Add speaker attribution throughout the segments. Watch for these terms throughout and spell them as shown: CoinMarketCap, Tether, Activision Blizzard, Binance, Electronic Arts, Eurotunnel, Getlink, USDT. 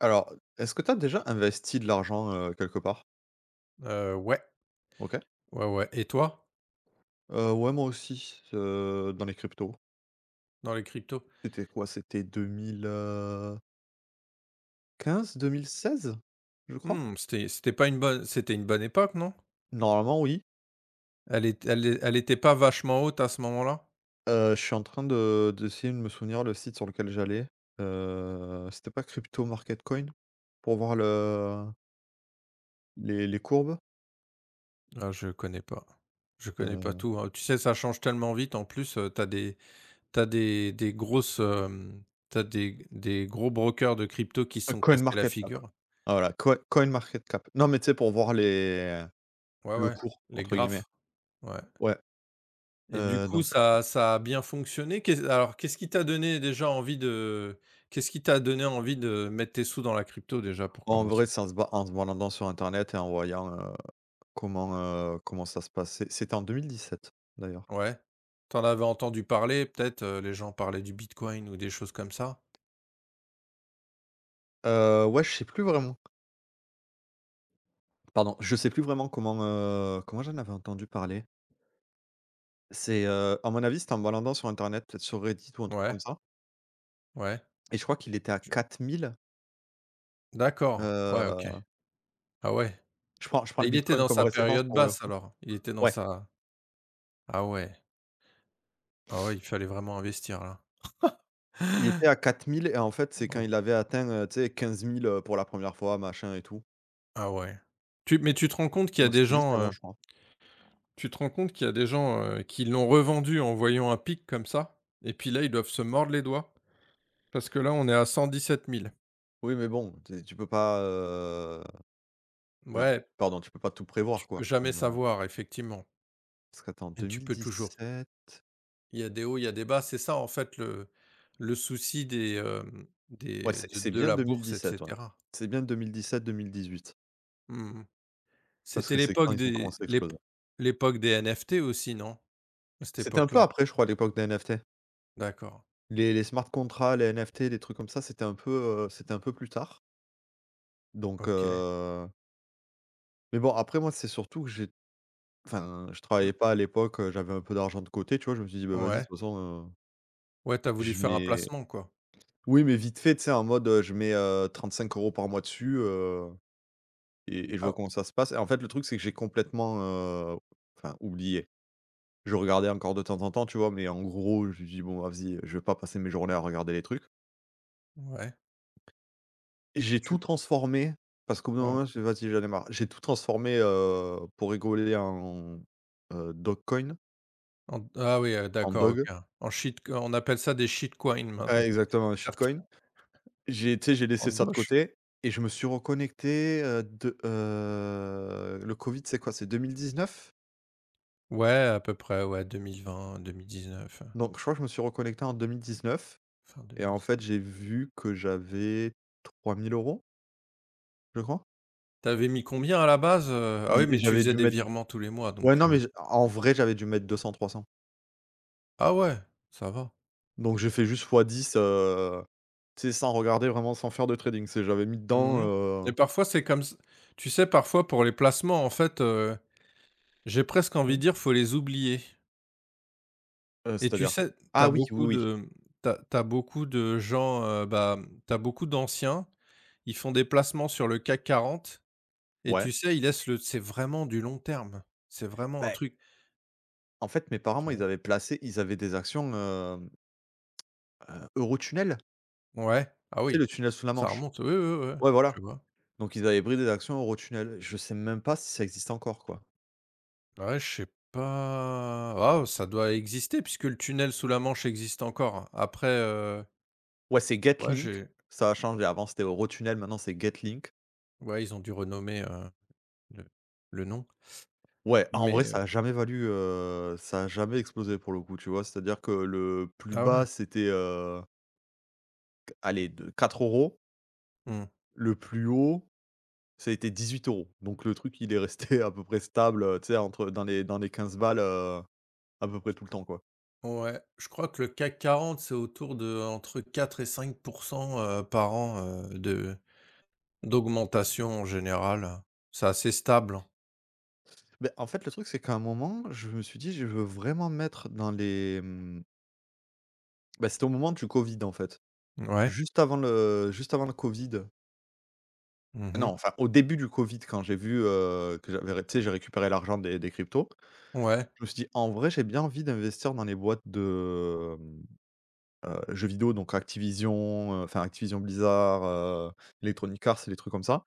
Speaker 1: Alors, est-ce que tu as déjà investi de l'argent, quelque part?
Speaker 2: Ouais,
Speaker 1: OK.
Speaker 2: ouais, ouais et toi,
Speaker 1: Ouais, moi aussi, dans les cryptos.
Speaker 2: dans les cryptos?
Speaker 1: C'était quoi? C'était 2015, 2016, je crois?
Speaker 2: Mmh, c'était une bonne époque, non?
Speaker 1: Normalement, oui.
Speaker 2: Elle était pas vachement haute à ce moment-là?
Speaker 1: Je suis en train de d'essayer de me souvenir le site sur lequel j'allais. C'était pas Crypto Market Coin? Pour voir le les courbes?
Speaker 2: Ah, je connais pas. Je connais pas
Speaker 1: Euh,
Speaker 2: tout, hein. Tu sais, ça change tellement vite en plus, tu des t'as des grosses, tu des gros brokers de crypto qui se sont
Speaker 1: Coin Heu,
Speaker 2: cassés la
Speaker 1: CoinMarketCap.
Speaker 2: figure.
Speaker 1: Voilà, Coin Market Cap. Non, mais tu sais, pour voir les
Speaker 2: Ouais,
Speaker 1: «le
Speaker 2: ouais,
Speaker 1: cours»
Speaker 2: les
Speaker 1: entre guillemets.
Speaker 2: graphes, ouais.
Speaker 1: Ouais,
Speaker 2: Et du coup,
Speaker 1: donc
Speaker 2: ça a bien fonctionné? Qu'est Alors, qu'est-ce qui t'a donné envie de mettre tes sous dans la crypto déjà pour
Speaker 1: en
Speaker 2: commencer?
Speaker 1: vrai, c'est en se baladant sur internet et en voyant, comment ça se passait. C'était en 2017 d'ailleurs.
Speaker 2: Ouais. T'en avais entendu parler peut-être, les gens parlaient du bitcoin ou des choses comme ça?
Speaker 1: Ouais, je sais plus vraiment. Pardon, je sais plus vraiment comment j'en avais entendu parler. À mon avis, c'était en me baladant sur internet, peut-être sur Reddit ou un truc
Speaker 2: Ouais,
Speaker 1: comme ça
Speaker 2: ouais.
Speaker 1: et je crois qu'il était à
Speaker 2: Je
Speaker 1: 4000,
Speaker 2: D'accord, ouais, OK.
Speaker 1: heu,
Speaker 2: Ah ouais,
Speaker 1: je prends
Speaker 2: et
Speaker 1: le
Speaker 2: il était
Speaker 1: bitcoin
Speaker 2: dans
Speaker 1: comme
Speaker 2: sa
Speaker 1: référence
Speaker 2: période
Speaker 1: pour le
Speaker 2: basse
Speaker 1: coup.
Speaker 2: alors? Il était dans
Speaker 1: Ouais,
Speaker 2: sa Ah ouais, ah ouais, il fallait vraiment investir là.
Speaker 1: il était à 4000 et en fait, c'est quand
Speaker 2: Waouh,
Speaker 1: il avait atteint, tu sais, 15 000 pour la première fois, machin et tout.
Speaker 2: ah ouais. Tu Mais tu te rends compte qu'il y a
Speaker 1: Donc
Speaker 2: des
Speaker 1: c'était juste avant,
Speaker 2: gens.
Speaker 1: je crois.
Speaker 2: Tu te rends compte qu'il y a des gens, qui l'ont revendu en voyant un pic comme ça, et puis là, ils doivent se mordre les doigts parce que là, on est à 117 000.
Speaker 1: Oui, mais bon, tu peux pas, merde,
Speaker 2: Ouais,
Speaker 1: pardon, tu peux pas tout prévoir,
Speaker 2: tu peux
Speaker 1: quoi.
Speaker 2: jamais savoir effectivement,
Speaker 1: Parce qu'attends,
Speaker 2: et tu peux toujours
Speaker 1: 2017,
Speaker 2: il y a des hauts, il y a des bas. C'est ça en fait le souci des, hem,
Speaker 1: ouais,
Speaker 2: des
Speaker 1: c'est c'est
Speaker 2: de
Speaker 1: bien
Speaker 2: la bourse et
Speaker 1: 2017, ouais.
Speaker 2: cetera.
Speaker 1: C'est bien 2017-2018
Speaker 2: Mmh mmh.
Speaker 1: parce que
Speaker 2: C'était
Speaker 1: c'est quand ils ont commencé à exploser.
Speaker 2: l'époque des NFT aussi, non? À cette
Speaker 1: C'était un peu
Speaker 2: époque-là?
Speaker 1: après, je crois, l'époque des NFT.
Speaker 2: D'accord.
Speaker 1: Les smart contracts, les NFT, les trucs comme ça, c'était un peu plus tard. Donc
Speaker 2: OK.
Speaker 1: mais bon, après moi, c'est surtout que j'ai enfin, je travaillais pas à l'époque, j'avais un peu d'argent de côté, tu vois? Je me suis dit: «Bah, vas-y, de
Speaker 2: Ouais.
Speaker 1: toute façon,
Speaker 2: Ouais, t'as voulu
Speaker 1: je
Speaker 2: faire un
Speaker 1: mets.»
Speaker 2: placement quoi?
Speaker 1: Oui, mais vite fait, tu sais, en mode, je mets, 35 € par mois dessus. Et je vois
Speaker 2: Ah
Speaker 1: comment ça se passe et en fait, le truc, c'est que j'ai complètement, enfin, oublié. Je regardais encore de temps en temps, tu vois? Mais en gros, je me dis: «Bon, ah, vas-y, je vais pas passer mes journées à regarder les trucs».
Speaker 2: ouais,
Speaker 1: Et j'ai tout
Speaker 2: tu
Speaker 1: transformé parce qu'au bout d'un
Speaker 2: ouais.
Speaker 1: moment, j'ai fait: «Vas-y, j'en ai marre». J'ai tout transformé, pour rigoler en, Dogcoin,
Speaker 2: En Ah oui,
Speaker 1: en
Speaker 2: d'accord, OK.
Speaker 1: Dog.
Speaker 2: En shit On appelle ça des shitcoins maintenant,
Speaker 1: Ouais, exactement, un shitcoin.
Speaker 2: certains.
Speaker 1: J'ai Tu sais, j'ai laissé
Speaker 2: En
Speaker 1: ça de
Speaker 2: doge?
Speaker 1: côté et je me suis reconnecté, de le covid, c'est quoi? C'est 2019.
Speaker 2: Ouais, à peu près, ouais, 2020-2019,
Speaker 1: Donc je crois que je me suis reconnecté en 2019.
Speaker 2: fin
Speaker 1: Et en fait,
Speaker 2: 2019.
Speaker 1: j'ai vu que j'avais trois mille euros, je crois.
Speaker 2: Tu avais mis combien à la base? Ah
Speaker 1: I
Speaker 2: oui, mais tu
Speaker 1: J'avais
Speaker 2: faisais
Speaker 1: dû
Speaker 2: des
Speaker 1: mettre,
Speaker 2: virements tous les mois
Speaker 1: ouais,
Speaker 2: donc
Speaker 1: non, mais j en vrai, j'avais dû mettre 200, 300.
Speaker 2: ah ouais, ça va.
Speaker 1: Donc j'ai fait juste fois 10. Tu sais, sans regarder vraiment, sans faire de trading. C'est j'avais mis dedans,
Speaker 2: Mmh. Et parfois, c'est comme ç tu sais, parfois, pour les placements, en fait, j'ai presque envie
Speaker 1: mmh.
Speaker 2: de dire, faut les oublier. Et tu
Speaker 1: C'est-à-dire?
Speaker 2: sais,
Speaker 1: Ah oui, oui, oui,
Speaker 2: t'as tu beaucoup de gens, bah, tu beaucoup d'anciens, ils font des placements sur le CAC 40. Et
Speaker 1: ouais.
Speaker 2: tu sais, il laisse le c'est vraiment du long terme. C'est vraiment un
Speaker 1: Ben,
Speaker 2: truc,
Speaker 1: en fait, mes parents,
Speaker 2: tu
Speaker 1: moi,
Speaker 2: vois?
Speaker 1: ils avaient des actions, Eurotunnel,
Speaker 2: Ouais. Ah
Speaker 1: tu sais,
Speaker 2: oui,
Speaker 1: le tunnel sous la
Speaker 2: ça
Speaker 1: Manche?
Speaker 2: remonte. Oui, oui, oui, ouais,
Speaker 1: Ouais,
Speaker 2: je
Speaker 1: voilà.
Speaker 2: vois.
Speaker 1: Donc ils avaient pris des actions Eurotunnel. Je sais même pas si ça existe encore, quoi.
Speaker 2: Ouais, je sais pas. Ah, ça doit exister puisque le tunnel sous la Manche existe encore. Après,
Speaker 1: Ouais, c'est
Speaker 2: ouais,
Speaker 1: Getlink,
Speaker 2: j'ai
Speaker 1: ça a changé. Avant, c'était Eurotunnel, maintenant, c'est Getlink.
Speaker 2: ouais, ils ont dû renommer, le le nom.
Speaker 1: Ouais, en vrai,
Speaker 2: Mais,
Speaker 1: ça a jamais explosé pour le coup, tu vois? C'est-à-dire que le plus
Speaker 2: ah
Speaker 1: bas,
Speaker 2: ouais?
Speaker 1: c'était, q allez, de 4 €.
Speaker 2: Mmh.
Speaker 1: Le plus haut, ça a été 18 euros. Donc le truc, il est resté à peu près stable, tu sais, entre dans les 15 balles, à peu près tout le temps, quoi.
Speaker 2: Ouais, je crois que le CAC 40, c'est autour de entre 4 et 5, par an, de d'augmentation en général. C'est assez stable,
Speaker 1: Mais en fait, le truc, c'est qu'à un moment, je me suis dit: «Je veux vraiment me mettre dans les» bah, c'était au moment du covid, en fait.
Speaker 2: hein. Ouais.
Speaker 1: Juste avant le covid. Non,
Speaker 2: Mmh.
Speaker 1: enfin, au début du Covid, quand j'ai vu, que j'avais ré tu sais, j'ai récupéré l'argent des cryptos,
Speaker 2: Ouais.
Speaker 1: je me suis dit: «En vrai, j'ai bien envie d'investir dans les boîtes de, jeux vidéo», donc Activision, enfin Activision Blizzard, Electronic Arts et les trucs comme ça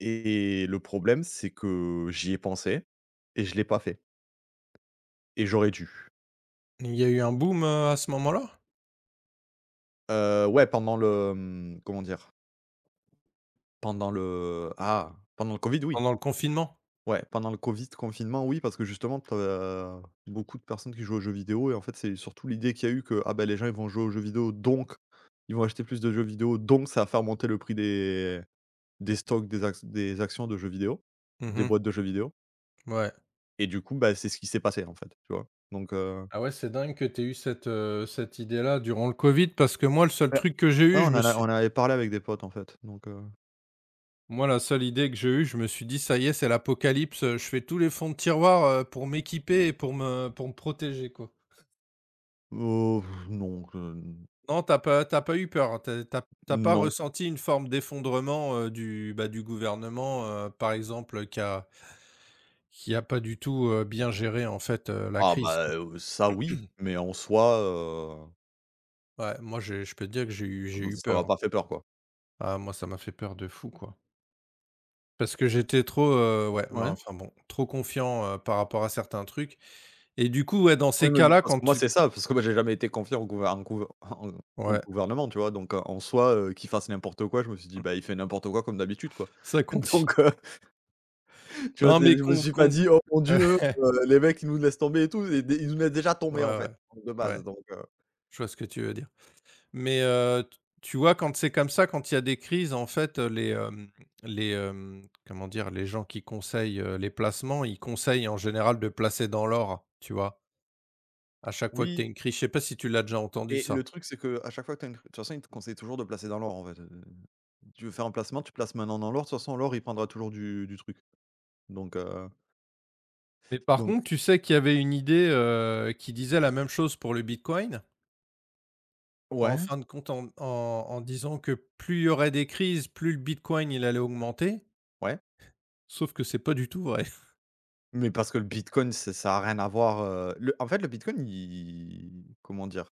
Speaker 1: et le problème, c'est que j'y ai pensé et je l'ai pas fait et j'aurais dû.
Speaker 2: Il y a eu un boom, à ce moment-là?
Speaker 1: Ouais, pendant le, comment dire? Pendant le Covid, oui.
Speaker 2: Pendant le confinement?
Speaker 1: Ouais, pendant le covid, confinement, oui, parce que justement, tu as beaucoup de personnes qui jouent aux jeux vidéo et en fait, c'est surtout l'idée qu'il y a eu que, ah ben les gens, ils vont jouer aux jeux vidéo, donc ils vont acheter plus de jeux vidéo, donc ça va faire monter le prix des stocks, des actions de jeux vidéo, des
Speaker 2: Mhm.
Speaker 1: boîtes de jeux vidéo
Speaker 2: Ouais.
Speaker 1: et du coup, bah, c'est ce qui s'est passé, en fait, tu vois? Donc
Speaker 2: Ah ouais, c'est dingue que tu aies eu cette idée-là durant le covid parce que moi, le seul
Speaker 1: bah,
Speaker 2: truc que j'ai
Speaker 1: ouais,
Speaker 2: eu, je me
Speaker 1: on en
Speaker 2: suis
Speaker 1: avait parlé avec des potes, en fait, donc
Speaker 2: moi, la seule idée que j'ai eue, je me suis dit: «Ça y est, c'est l'apocalypse, je fais tous les fonds de tiroir, pour m'équiper et pour me protéger, quoi».
Speaker 1: oh non,
Speaker 2: Non, t'as pas eu peur? Tu as pas
Speaker 1: non.
Speaker 2: ressenti une forme d'effondrement, bah, du gouvernement, par exemple, qui a qui a pas du tout, bien géré en fait, la
Speaker 1: Ah
Speaker 2: crise,
Speaker 1: bah,
Speaker 2: quoi.
Speaker 1: ça oui, mais en soi,
Speaker 2: Ouais, moi j'ai je peux te dire que j'ai eu
Speaker 1: ça m'a
Speaker 2: peur.
Speaker 1: pas fait peur, quoi.
Speaker 2: Ah moi ça m'a fait peur de fou, quoi. Parce que j'étais trop, ouais, mais
Speaker 1: Ouais.
Speaker 2: enfin bon, trop confiant, par rapport à certains trucs et du coup, ouais, dans
Speaker 1: Oui,
Speaker 2: ces
Speaker 1: mais
Speaker 2: cas-là,
Speaker 1: parce
Speaker 2: quand
Speaker 1: que moi,
Speaker 2: tu
Speaker 1: c'est ça, parce que moi, j'ai jamais été confiant au
Speaker 2: ouais,
Speaker 1: gouvernement, tu vois? Donc en soi, qu'il fasse n'importe quoi, je me suis dit: «Bah, il fait n'importe quoi comme d'habitude, quoi».
Speaker 2: ça conti
Speaker 1: Donc tu vois?
Speaker 2: non
Speaker 1: C'est
Speaker 2: mais
Speaker 1: Je me
Speaker 2: qu'on
Speaker 1: suis pas
Speaker 2: qu'on
Speaker 1: dit: «Oh mon Dieu,
Speaker 2: ouais,
Speaker 1: les mecs, ils nous laissent tomber et tout», et dé ils nous laissent déjà
Speaker 2: ouais,
Speaker 1: tomber, en fait,
Speaker 2: ouais.
Speaker 1: de base,
Speaker 2: Ouais,
Speaker 1: donc
Speaker 2: je vois ce que tu veux dire. Mais t tu vois, quand c'est comme ça, quand il y a des crises, en fait, les, hem, comment dire? Les gens qui conseillent, les placements, ils conseillent en général de placer dans l'or, tu vois? À chaque fois que tu as
Speaker 1: oui,
Speaker 2: une crise, je sais pas si tu l'as déjà entendu
Speaker 1: mais le
Speaker 2: ça?
Speaker 1: truc, c'est que à chaque fois que tu as une de toute façon, ils te conseillent toujours de placer dans l'or, en fait, tu veux faire un placement, tu places maintenant dans l'or, de toute façon l'or, il prendra toujours du truc, donc heu,
Speaker 2: Mais par
Speaker 1: donc
Speaker 2: contre, tu sais qu'il y avait une idée, qui disait la même chose pour le bitcoin, en
Speaker 1: ouais,
Speaker 2: fin de compte, en en disant que plus il y aurait des crises, plus le bitcoin, il allait augmenter,
Speaker 1: ouais.
Speaker 2: sauf que c'est pas du tout vrai.
Speaker 1: Mais parce que le bitcoin, c'est ça a rien à voir, le en fait, le bitcoin, il comment dire?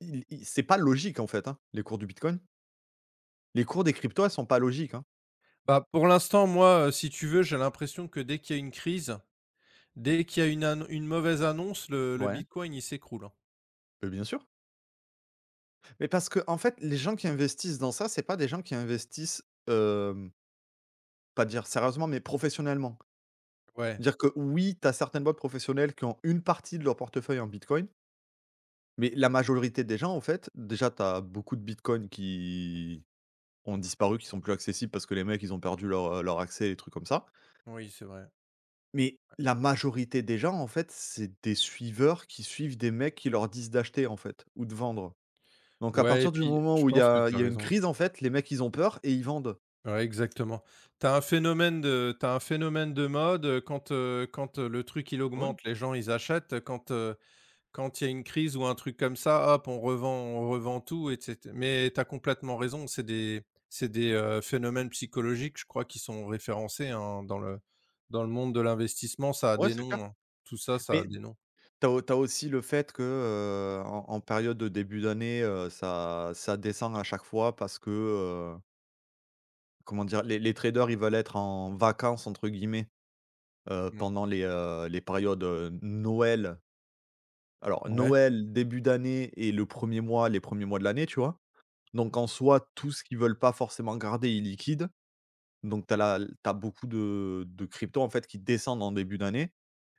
Speaker 1: Il C'est pas logique, en fait, hein, les cours du bitcoin. Les cours des cryptos, elles sont pas logiques, hein.
Speaker 2: Bah, pour l'instant, moi, si tu veux, j'ai l'impression que dès qu'il y a une crise, dès qu'il y a une mauvaise annonce, le
Speaker 1: Ouais.
Speaker 2: bitcoin, il s'écroule, hein.
Speaker 1: Beh, bien sûr. Mais parce que en fait, les gens qui investissent dans ça, c'est pas des gens qui investissent, pas dire sérieusement, mais professionnellement.
Speaker 2: Ouais,
Speaker 1: Dire que oui, tu as certaines boîtes professionnelles qui ont une partie de leur portefeuille en bitcoin, mais la majorité des gens, en fait, déjà, tu as beaucoup de bitcoin qui ont disparu, qui sont plus accessibles parce que les mecs, ils ont perdu leur accès et trucs comme ça.
Speaker 2: oui, c'est vrai.
Speaker 1: Mais la majorité des gens, en fait, c'est des suiveurs qui suivent des mecs qui leur disent d'acheter, en fait, ou de vendre. Donc à
Speaker 2: Ouais et
Speaker 1: partir du
Speaker 2: puis
Speaker 1: moment
Speaker 2: je
Speaker 1: où il y
Speaker 2: pense que
Speaker 1: a
Speaker 2: tu
Speaker 1: il
Speaker 2: as
Speaker 1: y a une
Speaker 2: raison.
Speaker 1: crise, en fait, les mecs, ils ont peur et ils vendent.
Speaker 2: Ouais, exactement. Tu as un phénomène de tu un phénomène de mode, quand le truc, il
Speaker 1: Oui,
Speaker 2: augmente, les gens, ils achètent, quand il y a une crise ou un truc comme ça, hop, on revend tout et cét mais tu as complètement raison, c'est des phénomènes psychologiques, je crois, qui sont référencés, hein, dans le monde de l'investissement, ça a
Speaker 1: ouais,
Speaker 2: des
Speaker 1: c'est clair.
Speaker 2: noms, hein. Tout ça, ça a
Speaker 1: Mais
Speaker 2: des noms.
Speaker 1: tu as aussi le fait que, en période de début d'année, ça descend à chaque fois parce que, comment dire? Les traders, ils veulent être en «vacances» entre guillemets,
Speaker 2: Mmh.
Speaker 1: pendant les périodes, Noël. Alors
Speaker 2: Ouais.
Speaker 1: Noël, début d'année et le premier mois les premiers mois de l'année, tu vois? Donc en soi, tout ce qu'ils veulent pas forcément garder est liquide. Donc tu as beaucoup de cryptos, en fait, qui descendent en début d'année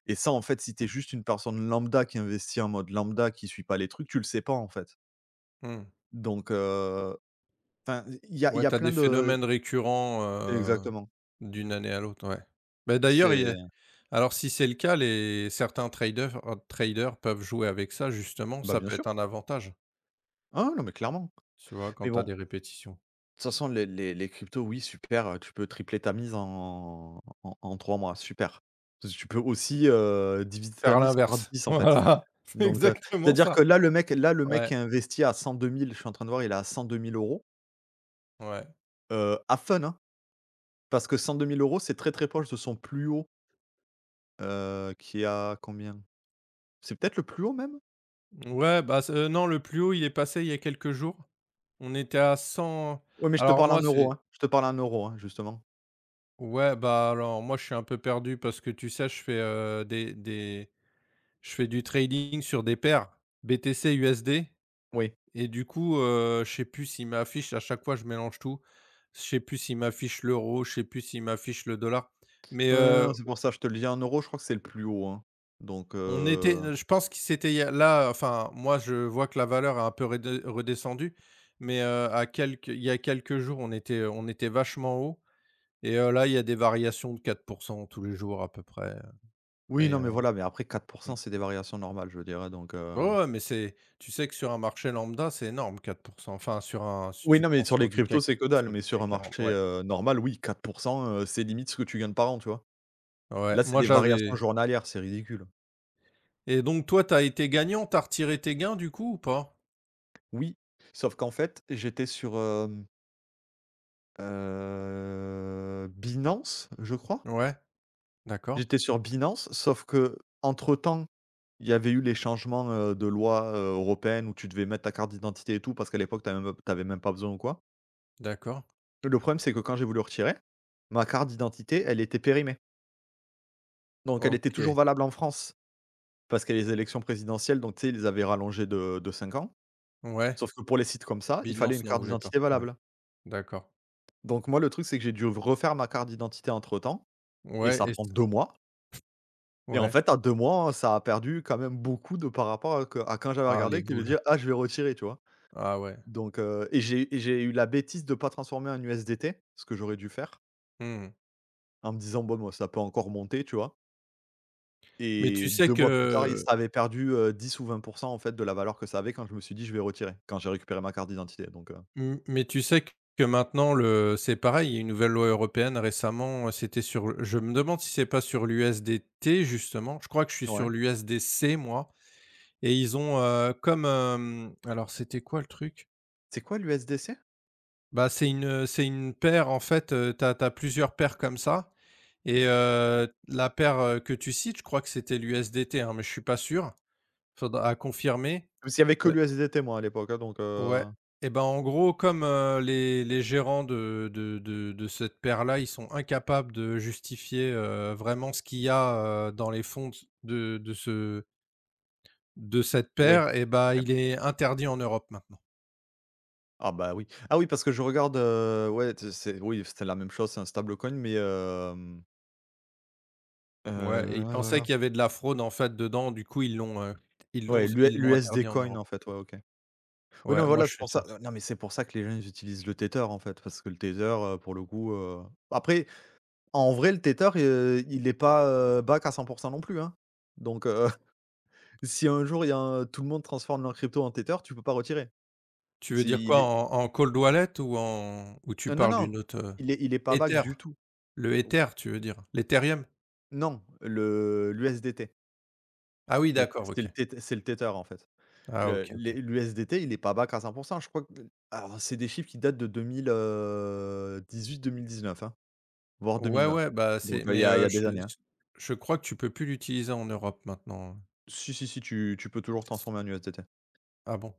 Speaker 1: et ça, en fait, si tu es juste une personne lambda qui investit en mode lambda, qui suit pas les trucs, tu le sais pas, en fait.
Speaker 2: Mmh.
Speaker 1: Donc enfin, il y a il
Speaker 2: Ouais,
Speaker 1: y a
Speaker 2: tu as des
Speaker 1: plein de
Speaker 2: phénomènes récurrents,
Speaker 1: exactement.
Speaker 2: d'une année à l'autre, ouais. Bah, d'ailleurs, il
Speaker 1: C'est
Speaker 2: y a alors si c'est le cas, les certains traders peuvent jouer avec ça justement,
Speaker 1: Bah,
Speaker 2: ça
Speaker 1: bien
Speaker 2: peut
Speaker 1: sûr.
Speaker 2: être un avantage,
Speaker 1: Ah, non, mais clairement.
Speaker 2: tu vois? Quand
Speaker 1: Mais
Speaker 2: tu as
Speaker 1: bon,
Speaker 2: des
Speaker 1: de
Speaker 2: répétitions.
Speaker 1: toute façon, les cryptos, oui, super, tu peux tripler ta mise en 3 mois, super. Parce que tu peux aussi, diviser ta
Speaker 2: Faire
Speaker 1: mise par
Speaker 2: l'inverse,
Speaker 1: 10 en fait.
Speaker 2: voilà, c'est
Speaker 1: Donc,
Speaker 2: exactement
Speaker 1: c'est-à-dire
Speaker 2: ça.
Speaker 1: que là, le mec qui
Speaker 2: Ouais,
Speaker 1: a investi à 102 000, je suis en train de voir, il est à 102 000 €
Speaker 2: ouais.
Speaker 1: à Fun, hein, parce que 102 000 € c'est très, très proche de son plus haut, qui a combien? C'est peut-être le plus haut même?
Speaker 2: Ouais, bah, c non, le plus haut, il est passé il y a quelques jours. On était à 100.
Speaker 1: Oui, mais je te
Speaker 2: Alors
Speaker 1: parle en
Speaker 2: moi,
Speaker 1: euros,
Speaker 2: c'est
Speaker 1: hein, je te parle en euros, hein, justement.
Speaker 2: Ouais, bah, alors moi, je suis un peu perdu parce que tu sais, je fais, des je fais du trading sur des paires BTC, USD
Speaker 1: Oui.
Speaker 2: et du coup, je sais plus s'il m'affiche à chaque fois, je mélange tout. Je sais plus s'il m'affiche l'euro, je sais plus s'il m'affiche le dollar. Mais,
Speaker 1: Ouais, ouais, non, c'est pour ça, je te le dis en euros, je crois que c'est le plus haut, hein. Donc,
Speaker 2: on était, je pense que c'était il y a là, enfin, moi, je vois que la valeur a un peu redescendu, mais, à quelques il y a quelques jours, on était vachement haut, et là, il y a des variations de 4% tous les jours à peu près,
Speaker 1: oui,
Speaker 2: mais,
Speaker 1: non, mais voilà, mais après
Speaker 2: mmh.
Speaker 1: 4 c'est des variations normales, je veux dire, hein, donc,
Speaker 2: Ouais, ouais, mais c'est tu sais que sur un marché lambda, c'est énorme, 4%. Enfin sur un si
Speaker 1: oui,
Speaker 2: tu
Speaker 1: non, mais
Speaker 2: prends
Speaker 1: sur les
Speaker 2: sur du
Speaker 1: cryptos,
Speaker 2: CAC
Speaker 1: c'est que dalle, mais sur un
Speaker 2: quarante,
Speaker 1: marché,
Speaker 2: ouais.
Speaker 1: normal, oui, 4 c'est limite ce que tu gagnes par an, tu vois?
Speaker 2: Ouais,
Speaker 1: Là, c'est
Speaker 2: moi
Speaker 1: des variations
Speaker 2: j'avais
Speaker 1: journalières, c'est ridicule.
Speaker 2: et donc toi, t'as été gagnant, t'as retiré tes gains du coup ou pas?
Speaker 1: Oui, sauf qu'en fait, j'étais sur, Binance, je crois.
Speaker 2: Ouais, d'accord,
Speaker 1: J'étais sur Binance, sauf qu'entre temps, il y avait eu les changements, de loi, européenne où tu devais mettre ta carte d'identité et tout parce qu'à l'époque, tu même pas besoin ou quoi.
Speaker 2: d'accord.
Speaker 1: Le problème, c'est que quand j'ai voulu retirer, ma carte d'identité, elle était périmée. Donc elle était toujours
Speaker 2: OK,
Speaker 1: valable en France parce qu'il y a les élections présidentielles, donc tu sais, ils les avaient rallongées de 5 ans.
Speaker 2: ouais.
Speaker 1: Sauf que pour les sites comme ça, il fallait
Speaker 2: Binance
Speaker 1: une
Speaker 2: n'en
Speaker 1: carte
Speaker 2: voulait pas.
Speaker 1: d'identité
Speaker 2: Ouais,
Speaker 1: valable.
Speaker 2: d'accord.
Speaker 1: Donc moi, le truc, c'est que j'ai dû refaire ma carte d'identité entre-temps et
Speaker 2: Ouais
Speaker 1: ça
Speaker 2: et c
Speaker 1: prend 2 mois et en
Speaker 2: ouais.
Speaker 1: fait, à 2 mois, ça a perdu quand même beaucoup de par rapport à quand j'avais
Speaker 2: Ah les
Speaker 1: regardé que de
Speaker 2: boules.
Speaker 1: dire: «Ah, je vais retirer», tu vois?
Speaker 2: Ah ouais.
Speaker 1: Donc et j'ai eu la bêtise de pas transformer en USDT, ce que j'aurais dû faire,
Speaker 2: Mmh.
Speaker 1: en me disant: «Bon, moi, ça peut encore monter», tu vois?
Speaker 2: Mais tu
Speaker 1: Et
Speaker 2: sais
Speaker 1: 2 mois plus tard, il
Speaker 2: que
Speaker 1: ça avait perdu, 10 ou 20 en fait de la valeur que ça avait quand je me suis dit: «Je vais retirer», quand j'ai récupéré ma carte d'identité
Speaker 2: Mmh, mais tu sais q que maintenant le c'est pareil, il y a une nouvelle loi européenne récemment, c'était sur le je me demande si c'est pas sur l'USDT justement, je crois que je suis sur
Speaker 1: ouais.
Speaker 2: l'USDC moi, et ils ont, alors c'était quoi le truc?
Speaker 1: C'est quoi l'USDC?
Speaker 2: Bah, c'est une paire en fait, t'as as plusieurs paires comme ça et la paire, que tu cites, je crois que c'était l'USDT, hein, mais je suis pas sûr, faudra à confirmer.
Speaker 1: Parce qu'il y avait que
Speaker 2: Euh,
Speaker 1: l'USDT moi à l'époque, hein,
Speaker 2: Ouais. Et ben, en gros, comme, les gérants de cette paire-là, ils sont incapables de justifier, vraiment ce qu'il y a, dans les fonds de ce de cette
Speaker 1: oui,
Speaker 2: paire et ben
Speaker 1: OK.
Speaker 2: il est interdit en Europe maintenant.
Speaker 1: Ah bah oui. Ah oui, parce que je regarde, ouais, t c'est oui, c'était la même chose, c'est un stablecoin, mais
Speaker 2: Ouais et ils
Speaker 1: voilà,
Speaker 2: pensaient
Speaker 1: voilà.
Speaker 2: qu'il y avait de la fraude, en fait, dedans, du coup, ils l'ont, heu, ils l'ont
Speaker 1: Ouais,
Speaker 2: ils l'ont
Speaker 1: l'USD
Speaker 2: interdit en
Speaker 1: Coin,
Speaker 2: Europe.
Speaker 1: en fait, ouais, OK. Oui,
Speaker 2: Ouais,
Speaker 1: non,
Speaker 2: moi,
Speaker 1: voilà,
Speaker 2: je
Speaker 1: c'est
Speaker 2: suis
Speaker 1: pour ça,
Speaker 2: sûr.
Speaker 1: non, mais c'est pour ça que les gens, ils utilisent le Tether, en fait, parce que le Tether, pour le coup, après, en vrai, le Tether, il est pas, back à 100 non plus, hein. Donc, si un jour, il y a un tout le monde transforme leur crypto en Tether, tu peux pas retirer.
Speaker 2: Tu veux dire
Speaker 1: Si il
Speaker 2: quoi?
Speaker 1: est
Speaker 2: En cold wallet ou en ou tu
Speaker 1: Non, non,
Speaker 2: parles
Speaker 1: non,
Speaker 2: d'une autre?
Speaker 1: il est pas back
Speaker 2: Ether?
Speaker 1: du tout.
Speaker 2: Le Ether, tu veux dire? L'Ethereum?
Speaker 1: Non, le l'USDT.
Speaker 2: Ah oui,
Speaker 1: Le
Speaker 2: d'accord,
Speaker 1: C'est
Speaker 2: OK.
Speaker 1: le teth c'est le tether, en fait.
Speaker 2: Ah
Speaker 1: Le
Speaker 2: OK,
Speaker 1: les
Speaker 2: OK.
Speaker 1: L'USDT, il est pas bas back à 100. Je crois que, alors, c'est des chiffres qui datent de 2000, 18-2019, hein, voire
Speaker 2: Ouais,
Speaker 1: 2020.
Speaker 2: ouais, bah, c'est
Speaker 1: Donc, il y
Speaker 2: mais
Speaker 1: a il y a des
Speaker 2: je
Speaker 1: années, hein.
Speaker 2: je je crois que tu peux plus l'utiliser en Europe maintenant, hein.
Speaker 1: Si, si, si, tu peux toujours
Speaker 2: C'est s
Speaker 1: transformer en USDT.
Speaker 2: Ah bon?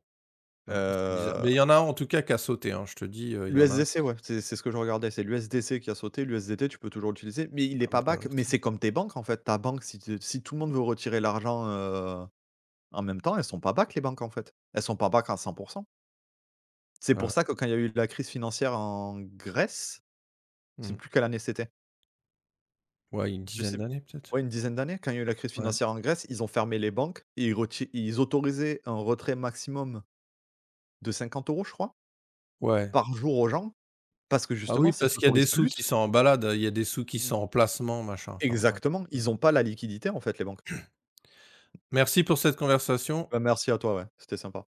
Speaker 2: Ah, c'est bizarre.
Speaker 1: Heu,
Speaker 2: Mais il y en a un en tout cas qui a sauté, hein, je te dis, il y en a un qui
Speaker 1: l'USDC, ouais, c'est ce que je regardais, c'est l'USDC qui a sauté. L'USDT, tu peux toujours l'utiliser, mais il est
Speaker 2: a
Speaker 1: pas back. Mais
Speaker 2: balancé,
Speaker 1: c'est comme tes banques, en fait. Ta banque, si tout le monde veut retirer l'argent, en même temps, elles sont pas back les banques, en fait. Elles sont pas back à 100. C'est pour
Speaker 2: heu,
Speaker 1: ça que quand il y a eu la crise financière en Grèce, je sais
Speaker 2: mmh,
Speaker 1: plus quelle année c'était.
Speaker 2: ouais, une
Speaker 1: Je
Speaker 2: dizaine
Speaker 1: sais p
Speaker 2: d'années peut-être?
Speaker 1: Ouais, une dizaine d'années, quand il y a eu la crise
Speaker 2: Ouais,
Speaker 1: financière en Grèce, ils ont fermé les banques et ils autorisaient un retrait maximum de 50 euros, je crois,
Speaker 2: ouais.
Speaker 1: par jour aux gens parce que
Speaker 2: Ah
Speaker 1: justement,
Speaker 2: oui,
Speaker 1: si
Speaker 2: parce
Speaker 1: tu
Speaker 2: qu'il y a des
Speaker 1: autorises
Speaker 2: sous
Speaker 1: plus
Speaker 2: qui sont en balade, il y a des sous qui sont
Speaker 1: mmh
Speaker 2: en placement, machin, enfin bref.
Speaker 1: exactement, ils
Speaker 2: Voilà.
Speaker 1: n'ont pas la liquidité, en fait, les banques.
Speaker 2: Merci pour cette conversation.
Speaker 1: Bah, merci à toi, ouais, c'était sympa.